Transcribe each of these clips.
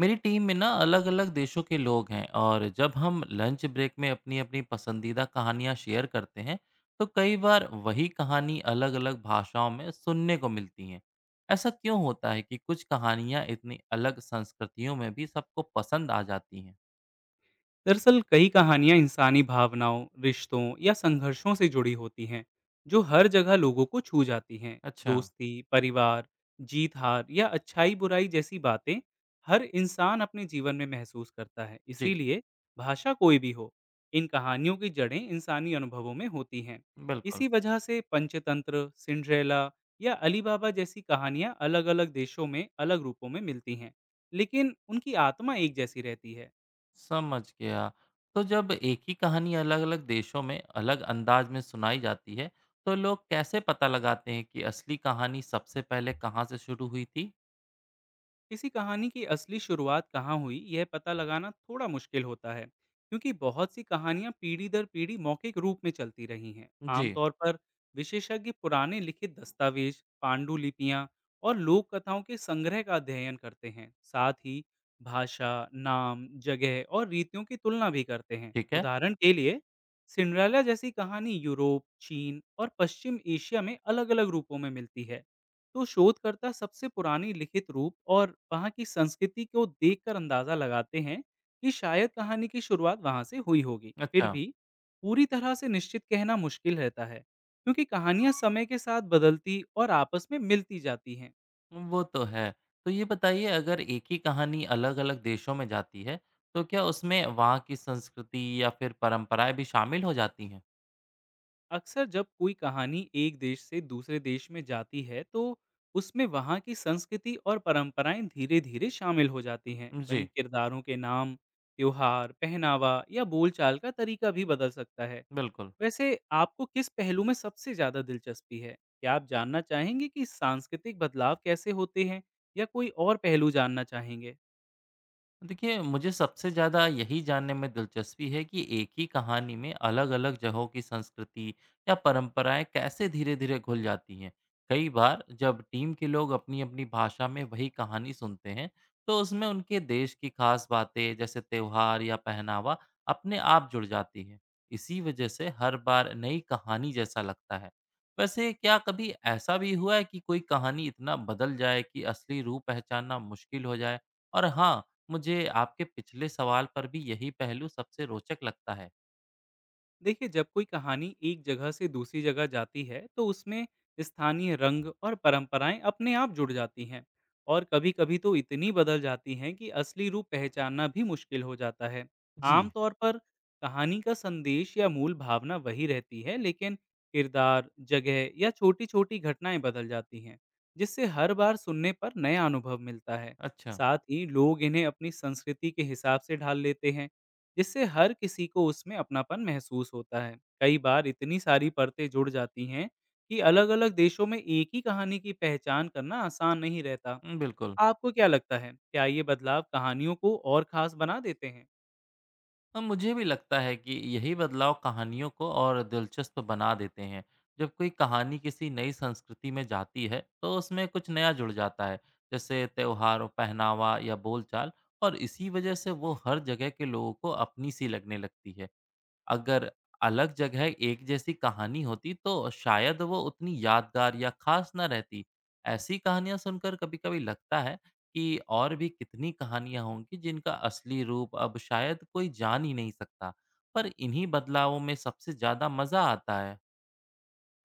मेरी टीम में ना अलग अलग देशों के लोग हैं और जब हम लंच ब्रेक में अपनी अपनी पसंदीदा कहानियाँ शेयर करते हैं तो कई बार वही कहानी अलग अलग भाषाओं में सुनने को मिलती हैं। ऐसा क्यों होता है कि कुछ कहानियाँ इतनी अलग संस्कृतियों में भी सबको पसंद आ जाती हैं? दरअसल कई कहानियां इंसानी भावनाओं, रिश्तों या संघर्षों से जुड़ी होती हैं, जो हर जगह लोगों को छू जाती हैं। अच्छा। दोस्ती, परिवार, जीत हार या अच्छाई बुराई जैसी बातें हर इंसान अपने जीवन में महसूस करता है। जी। इसीलिए भाषा कोई भी हो, इन कहानियों की जड़ें इंसानी अनुभवों में होती हैं। बिल्कुल। इसी वजह से पंचतंत्र, सिंड्रेला या अलीबाबा जैसी कहानियां अलग अलग देशों में अलग रूपों में मिलती हैं, लेकिन उनकी आत्मा एक जैसी रहती है। समझ गया। तो जब एक ही कहानी अलग अलग देशों में अलग अंदाज में सुनाई जाती है तो लोग कैसे पता लगाते हैं कि असली कहानी सबसे पहले कहाँ से शुरू हुई थी? किसी कहानी की असली शुरुआत कहाँ हुई यह पता लगाना थोड़ा मुश्किल होता है, क्योंकि बहुत सी कहानियां पीढ़ी दर पीढ़ी मौखिक रूप में चलती रही हैं। जी, आमतौर पर विशेषज्ञ पुराने लिखित दस्तावेज, पांडुलिपियां और लोक कथाओं के संग्रह का अध्ययन करते हैं। साथ ही भाषा, नाम, जगह और रीतियों की तुलना भी करते हैं। ठीक है। उदाहरण के लिए, सिंड्रेला जैसी कहानी यूरोप, चीन और पश्चिम एशिया में अलग अलग रूपों में मिलती है, तो शोधकर्ता सबसे पुरानी लिखित रूप और वहाँ की संस्कृति को देखकर अंदाजा लगाते हैं कि शायद कहानी की शुरुआत वहाँ से हुई होगी। फिर अच्छा, भी पूरी तरह से निश्चित कहना मुश्किल रहता है, क्योंकि कहानियाँ समय के साथ बदलती और आपस में मिलती जाती हैं। वो तो है। तो ये बताइए, अगर एक ही कहानी अलग-अलग देशों में जाती है, तो क्या उसमें वहाँ की संस्कृति या फिर परंपराएँ भी शामिल हो जाती हैं? अक्सर जब कोई कहानी एक देश से दूसरे देश में जाती है, तो उसमें वहाँ की संस्कृति और परंपराएं धीरे धीरे शामिल हो जाती हैं। वहीं जी, किरदारों के नाम, त्योहार, पहनावा या बोलचाल का तरीका भी बदल सकता है। बिल्कुल। वैसे आपको किस पहलू में सबसे ज़्यादा दिलचस्पी है? क्या आप जानना चाहेंगे कि सांस्कृतिक बदलाव कैसे होते हैं, या कोई और पहलू जानना चाहेंगे? देखिए, मुझे सबसे ज़्यादा यही जानने में दिलचस्पी है कि एक ही कहानी में अलग-अलग जगहों की संस्कृति या परंपराएं कैसे धीरे-धीरे घुल जाती हैं। कई बार जब टीम के लोग अपनी-अपनी भाषा में वही कहानी सुनते हैं, तो उसमें उनके देश की खास बातें जैसे त्योहार या पहनावा अपने आप जुड़ जाती है। इसी वजह से हर बार नई कहानी जैसा लगता है। वैसे क्या कभी ऐसा भी हुआ है कि कोई कहानी इतना बदल जाए कि असली रूप पहचानना मुश्किल हो जाए? और हाँ, मुझे आपके पिछले सवाल पर भी यही पहलू सबसे रोचक लगता है। देखिए, जब कोई कहानी एक जगह से दूसरी जगह जाती है, तो उसमें स्थानीय रंग और परंपराएं अपने आप जुड़ जाती हैं, और कभी कभी तो इतनी बदल जाती हैं कि असली रूप पहचानना भी मुश्किल हो जाता है। जी। आमतौर पर कहानी का संदेश या मूल भावना वही रहती है, लेकिन किरदार, जगह या छोटी छोटी घटनाएं बदल जाती हैं, जिससे हर बार सुनने पर नया अनुभव मिलता है। अच्छा। साथ ही लोग इन्हें अपनी संस्कृति के हिसाब से ढाल लेते हैं, जिससे हर किसी को उसमें अपनापन महसूस होता है। कई बार इतनी सारी परतें जुड़ जाती हैं कि अलग-अलग देशों में एक ही कहानी की पहचान करना आसान नहीं रहता। हुँ, बिल्कुल। आपको क्या लगता है? क्या ये बदलाव कहानियों को और खास बना देते हैं? मुझे भी लगता है कि यही बदलाव कहानियों को और दिलचस्प बना देते हैं। जब कोई कहानी किसी नई संस्कृति में जाती है, तो उसमें कुछ नया जुड़ जाता है, जैसे त्योहार, पहनावा या बोलचाल, और इसी वजह से वो हर जगह के लोगों को अपनी सी लगने लगती है। अगर अलग जगह एक जैसी कहानी होती तो शायद वो उतनी यादगार या खास ना रहती। ऐसी कहानियाँ सुनकर कभी-कभी लगता है कि और भी कितनी कहानियाँ होंगी जिनका असली रूप अब शायद कोई जान ही नहीं सकता। पर इन्हीं बदलावों में सबसे ज़्यादा मज़ा आता है।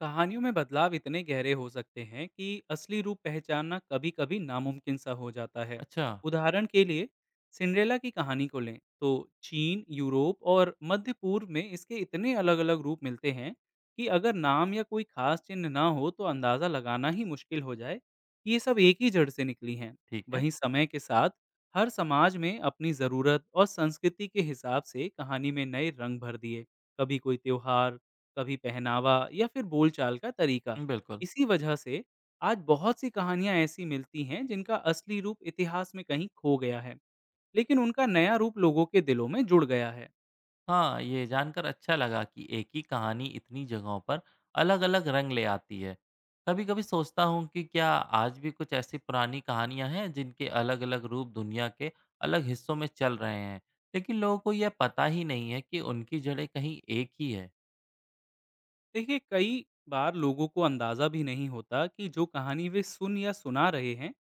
कहानियों में बदलाव इतने गहरे हो सकते हैं कि असली रूप पहचानना कभी कभी नामुमकिन सा हो जाता है। अच्छा। उदाहरण के लिए, सिंड्रेला की कहानी को लें, तो चीन, यूरोप और मध्य पूर्व में इसके इतने अलग अलग रूप मिलते हैं कि अगर नाम या कोई खास चिन्ह ना हो तो अंदाज़ा लगाना ही मुश्किल हो जाए कि ये सब एक ही जड़ से निकली हैं। ठीक है। वहीं समय के साथ हर समाज में अपनी ज़रूरत और संस्कृति के हिसाब से कहानी में नए रंग भर दिए, कभी कोई त्यौहार, कभी पहनावा या फिर बोलचाल का तरीका। बिल्कुल। इसी वजह से आज बहुत सी कहानियाँ ऐसी मिलती हैं जिनका असली रूप इतिहास में कहीं खो गया है, लेकिन उनका नया रूप लोगों के दिलों में जुड़ गया है। हाँ, ये जानकर अच्छा लगा कि एक ही कहानी इतनी जगहों पर अलग-अलग रंग ले आती है। कभी-कभी सोचता हूँ कि क्या आज भी कुछ ऐसी पुरानी कहानियाँ हैं जिनके अलग-अलग रूप दुनिया के अलग हिस्सों में चल रहे हैं, लेकिन लोगों को यह पता ही नहीं है कि उनकी जड़ें कहीं एक ही है। देखिए, कई बार लोगों को अंदाज़ा भी नहीं होता कि जो कहानी वे सुन या सुना रहे हैं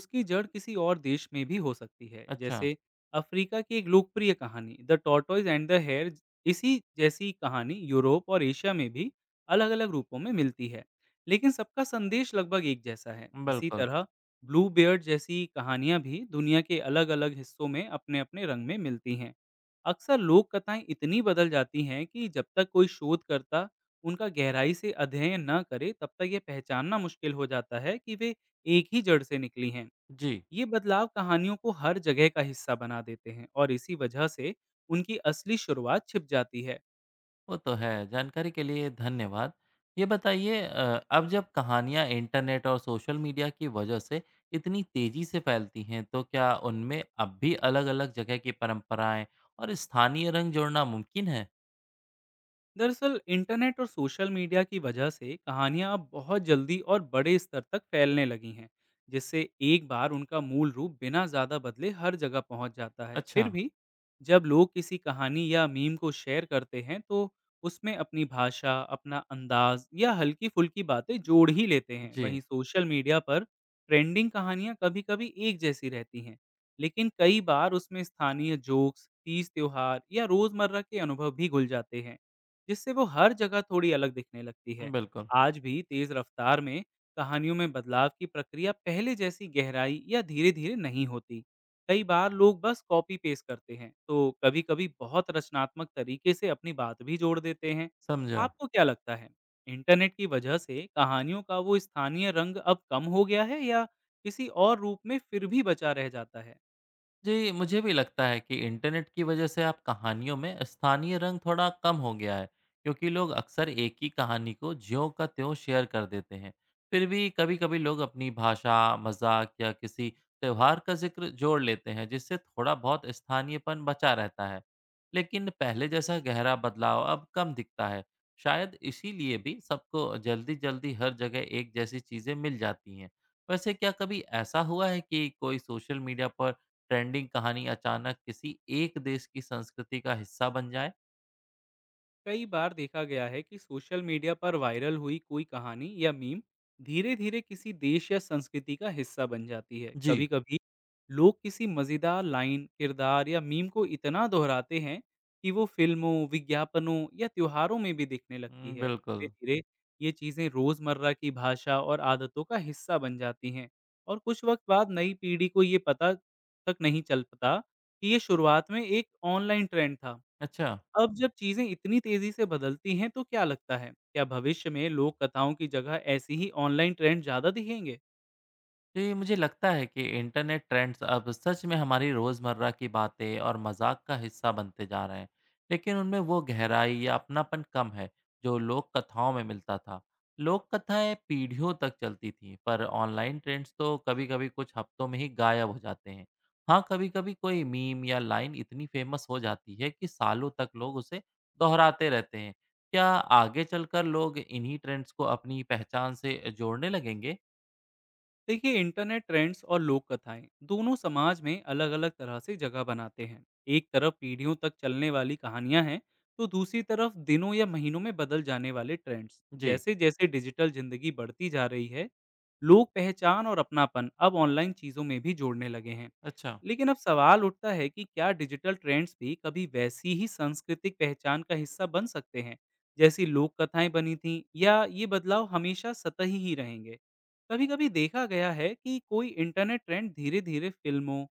उसकी जड़ किसी और देश में भी हो सकती है। अच्छा। जैसे, अफ्रीका की एक लोकप्रिय कहानी the tortoise and the hare, इसी जैसी कहानी यूरोप और एशिया में भी अलग अलग रूपों में मिलती है, लेकिन सबका संदेश लगभग एक जैसा है। इसी बिल्कुल। तरह ब्लू बियर्ड जैसी कहानियां भी दुनिया के अलग अलग हिस्सों में अपने अपने रंग में मिलती हैं। अक्सर लोक कथाएं इतनी बदल जाती हैं कि जब तक कोई शोधकर्ता उनका गहराई से अध्ययन न करें, तब तक ये पहचानना मुश्किल हो जाता है कि वे एक ही जड़ से निकली हैं। जी। ये बदलाव कहानियों को हर जगह का हिस्सा बना देते हैं, और इसी वजह से उनकी असली शुरुआत छिप जाती है। वो तो है। जानकारी के लिए धन्यवाद। ये बताइए, अब जब कहानियाँ इंटरनेट और सोशल मीडिया की वजह से इतनी तेज़ी से फैलती हैं, तो क्या उनमें अब भी अलग-अलग जगह की परंपराएँ और स्थानीय रंग जोड़ना मुमकिन है? दरअसल इंटरनेट और सोशल मीडिया की वजह से कहानियां अब बहुत जल्दी और बड़े स्तर तक फैलने लगी हैं, जिससे एक बार उनका मूल रूप बिना ज़्यादा बदले हर जगह पहुंच जाता है। फिर अच्छा। भी जब लोग किसी कहानी या मीम को शेयर करते हैं, तो उसमें अपनी भाषा, अपना अंदाज या हल्की फुल्की बातें जोड़ ही लेते हैं। जी, वहीं सोशल मीडिया पर ट्रेंडिंग कहानियां कभी कभी एक जैसी रहती हैं, लेकिन कई बार उसमें स्थानीय जोक्स, तीज त्योहार या रोज़मर्रा के अनुभव भी घुल जाते हैं, जिससे वो हर जगह थोड़ी अलग दिखने लगती है। बिल्कुल। आज भी तेज रफ्तार में कहानियों में बदलाव की प्रक्रिया पहले जैसी गहराई या धीरे-धीरे नहीं होती। कई बार लोग बस कॉपी पेस्ट करते हैं, तो कभी-कभी बहुत रचनात्मक तरीके से अपनी बात भी जोड़ देते हैं। समझा। आपको क्या लगता है, इंटरनेट की वजह से कहानियों का वो स्थानीय रंग अब कम हो गया है, या किसी और रूप में फिर भी बचा रह जाता है? जी, मुझे भी लगता है कि इंटरनेट की वजह से अब कहानियों में स्थानीय रंग थोड़ा कम हो गया है, क्योंकि लोग अक्सर एक ही कहानी को ज्यों का त्यों शेयर कर देते हैं। फिर भी कभी-कभी लोग अपनी भाषा, मजाक या किसी त्योहार का जिक्र जोड़ लेते हैं, जिससे थोड़ा बहुत स्थानीयपन बचा रहता है। लेकिन पहले जैसा गहरा बदलाव अब कम दिखता है। शायद इसीलिए भी सबको जल्दी-जल्दी हर जगह एक जैसी चीजें मिल जाती हैं। वैसे क्या कभी ऐसा हुआ है कि कोई सोशल मीडिया पर ट्रेंडिंग कहानी अचानक किसी एक देश की संस्कृति का हिस्सा बन जाए? कई बार देखा गया है कि सोशल मीडिया पर वायरल हुई कोई कहानी या मीम धीरे धीरे किसी देश या संस्कृति का हिस्सा बन जाती है। कभी जी। कभी लोग किसी मजेदार लाइन, किरदार या मीम को इतना दोहराते हैं कि वो फिल्मों, विज्ञापनों या त्योहारों में भी दिखने लगती हुँ, है। धीरे बिल्कुल। धीरे ये चीजें रोजमर्रा की भाषा और आदतों का हिस्सा बन जाती हैं, और कुछ वक्त बाद नई पीढ़ी को ये पता तक नहीं चल पाता कि ये शुरुआत में एक ऑनलाइन ट्रेंड था। अच्छा। अब जब चीज़ें इतनी तेज़ी से बदलती हैं, तो क्या लगता है, क्या भविष्य में लोक कथाओं की जगह ऐसी ही ऑनलाइन ट्रेंड ज़्यादा दिखेंगे? जी, मुझे लगता है कि इंटरनेट ट्रेंड्स अब सच में हमारी रोज़मर्रा की बातें और मजाक का हिस्सा बनते जा रहे हैं, लेकिन उनमें वो गहराई या अपनापन कम है, जो लोक कथाओं में मिलता था। लोक कथाएं पीढ़ियों तक चलती थीं, पर ऑनलाइन ट्रेंड्स तो कभी-कभी कुछ हफ्तों में ही गायब हो जाते हैं। हाँ, कभी-कभी कोई मीम या लाइन इतनी फेमस हो जाती है कि सालों तक लोग उसे दोहराते रहते हैं। क्या आगे चलकर लोग इन्हीं ट्रेंड्स को अपनी पहचान से जोड़ने लगेंगे? देखिए, इंटरनेट ट्रेंड्स और लोक कथाएं दोनों समाज में अलग अलग तरह से जगह बनाते हैं। एक तरफ पीढ़ियों तक चलने वाली कहानियां हैं, तो दूसरी तरफ दिनों या महीनों में बदल जाने वाले ट्रेंड्स। जी। जैसे जैसे डिजिटल जिंदगी बढ़ती जा रही है, लोग पहचान और अपनापन अब ऑनलाइन चीज़ों में भी जोड़ने लगे हैं। अच्छा। लेकिन अब सवाल उठता है कि क्या डिजिटल ट्रेंड्स भी कभी वैसी ही सांस्कृतिक पहचान का हिस्सा बन सकते हैं जैसी लोक कथाएं बनी थीं, या ये बदलाव हमेशा सतही ही रहेंगे। कभी-कभी देखा गया है कि कोई इंटरनेट ट्रेंड धीरे-धीरे फिल्मों,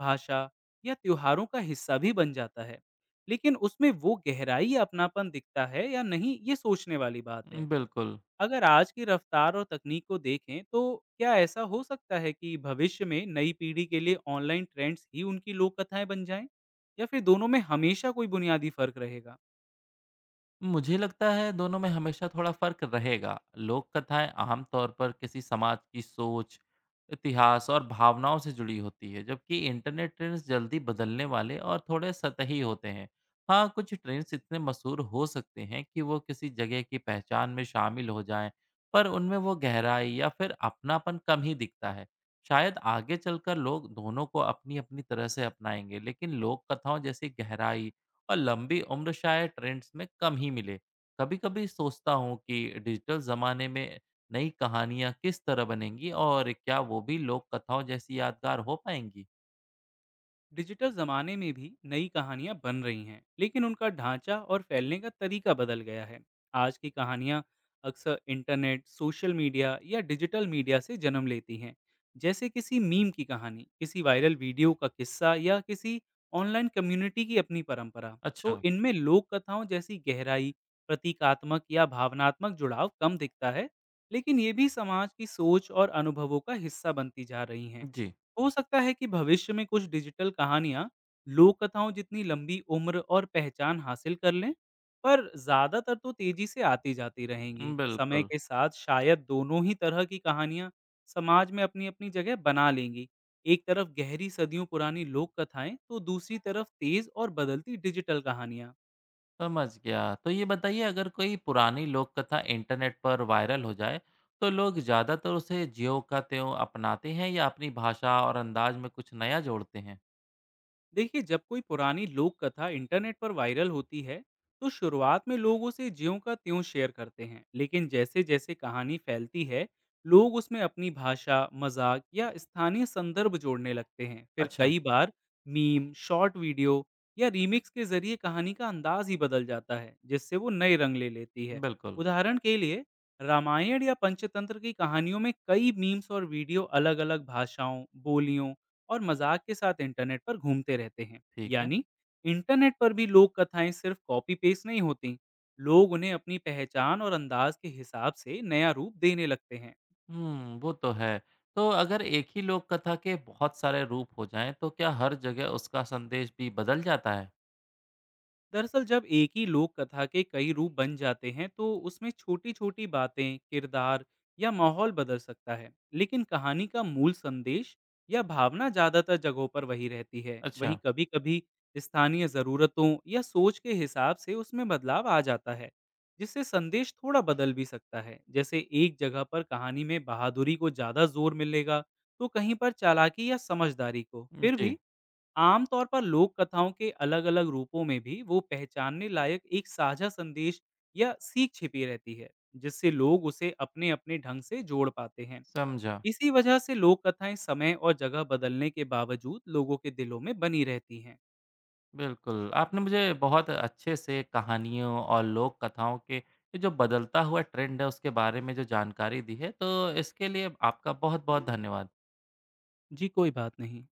भाषा या त्योहारों का हिस्सा भी बन जाता है। लेकिन उसमें वो गहराई या अपनापन दिखता है या नहीं, ये सोचने वाली बात है। बिल्कुल। अगर आज की रफ्तार और तकनीक को देखें, तो क्या ऐसा हो सकता है कि भविष्य में नई पीढ़ी के लिए ऑनलाइन ट्रेंड्स ही उनकी लोक कथाएँ बन जाएँ? या फिर दोनों में हमेशा कोई बुनियादी फ़र्क रहेगा? मुझे लगता है दोनों में हमेशा थोड़ा फ़र्क रहेगा। लोक कथाएँ आम तौर पर किसी समाज की सोच, इतिहास और भावनाओं से जुड़ी होती है, जबकि इंटरनेट ट्रेंड्स जल्दी बदलने वाले और थोड़े सतही होते हैं। हाँ, कुछ ट्रेंड्स इतने मशहूर हो सकते हैं कि वो किसी जगह की पहचान में शामिल हो जाएँ, पर उनमें वो गहराई या फिर अपनापन कम ही दिखता है। शायद आगे चलकर लोग दोनों को अपनी-अपनी तरह से अपनाएँगे, लेकिन लोक कथाओं जैसी गहराई और लंबी उम्र शायद ट्रेंड्स में कम ही मिले। कभी-कभी सोचता हूँ कि डिजिटल ज़माने में नई कहानियाँ किस तरह बनेंगी और क्या वो भी लोक कथाओं जैसी यादगार हो पाएँगी? डिजिटल जमाने में भी नई कहानियां बन रही हैं, लेकिन उनका ढांचा और फैलने का तरीका बदल गया है। आज की कहानियां अक्सर इंटरनेट, सोशल मीडिया या डिजिटल मीडिया से जन्म लेती हैं, जैसे किसी मीम की कहानी, किसी वायरल वीडियो का किस्सा या किसी ऑनलाइन कम्युनिटी की अपनी परंपरा। तो अच्छा। इनमें लोक कथाओं जैसी गहराई, प्रतीकात्मक या भावनात्मक जुड़ाव कम दिखता है, लेकिन ये भी समाज की सोच और अनुभवों का हिस्सा बनती जा रही हैं। जी। हो सकता है कि भविष्य में कुछ डिजिटल कहानियाँ लोक कथाओं जितनी लंबी उम्र और पहचान हासिल कर लें, पर ज़्यादातर तो तेजी से आती जाती रहेंगी। समय बिल्कुल। के साथ शायद दोनों ही तरह की कहानियाँ समाज में अपनी अपनी जगह बना लेंगी, एक तरफ गहरी सदियों पुरानी लोक कथाएं, तो दूसरी तरफ तेज और बदलती डिजिटल कहानियाँ। समझ गया। तो ये बताइए, अगर कोई पुरानी लोक कथा इंटरनेट पर वायरल हो जाए, तो लोग ज़्यादातर उसे ज्यों का त्यों अपनाते हैं या अपनी भाषा और अंदाज में कुछ नया जोड़ते हैं? देखिए, जब कोई पुरानी लोक कथा इंटरनेट पर वायरल होती है, तो शुरुआत में लोग उसे ज्यों का त्यों शेयर करते हैं, लेकिन जैसे जैसे कहानी फैलती है, लोग उसमें अपनी भाषा, मजाक या स्थानीय संदर्भ जोड़ने लगते हैं। फिर अच्छा। कई बार मीम, शॉर्ट वीडियो या रीमिक्स के जरिए कहानी का अंदाज ही बदल जाता है, जिससे वो नए रंग ले लेती है। बिल्कुल। उदाहरण के लिए, रामायण या पंचतंत्र की कहानियों में कई मीम्स और वीडियो अलग अलग भाषाओं, बोलियों और मजाक के साथ इंटरनेट पर घूमते रहते हैं। ठीक है। यानी इंटरनेट पर भी लोक कथाएं सिर्फ कॉपी पेस्ट नहीं होती, लोग उन्हें अपनी पहचान और अंदाज के हिसाब से नया रूप देने लगते हैं। हुँ, वो तो है। तो अगर एक ही लोक कथा के बहुत सारे रूप हो जाएँ, तो क्या हर जगह उसका संदेश भी बदल जाता है? दरअसल जब एक ही लोक कथा के कई रूप बन जाते हैं, तो उसमें छोटी छोटी बातें, किरदार या माहौल बदल सकता है, लेकिन कहानी का मूल संदेश या भावना ज्यादातर जगहों पर वही रहती है। वहीं अच्छा। कभी कभी स्थानीय जरूरतों या सोच के हिसाब से उसमें बदलाव आ जाता है, जिससे संदेश थोड़ा बदल भी सकता है। जैसे एक जगह पर कहानी में बहादुरी को ज्यादा जोर मिलेगा, तो कहीं पर चालाकी या समझदारी को। फिर जी। भी आमतौर पर लोक कथाओं के अलग-अलग रूपों में भी वो पहचानने लायक एक साझा संदेश या सीख छिपी रहती है, जिससे लोग उसे अपने-अपने ढंग से जोड़ पाते हैं। समझा। इसी वजह से लोक कथाएं समय और जगह बदलने के बावजूद लोगों के दिलों में बनी रहती हैं। बिल्कुल, आपने मुझे बहुत अच्छे से कहानियों और लोक कथाओं के ये जो बदलता हुआ ट्रेंड है, उसके बारे में जो जानकारी दी है, तो इसके लिए आपका बहुत-बहुत धन्यवाद। जी, कोई बात नहीं।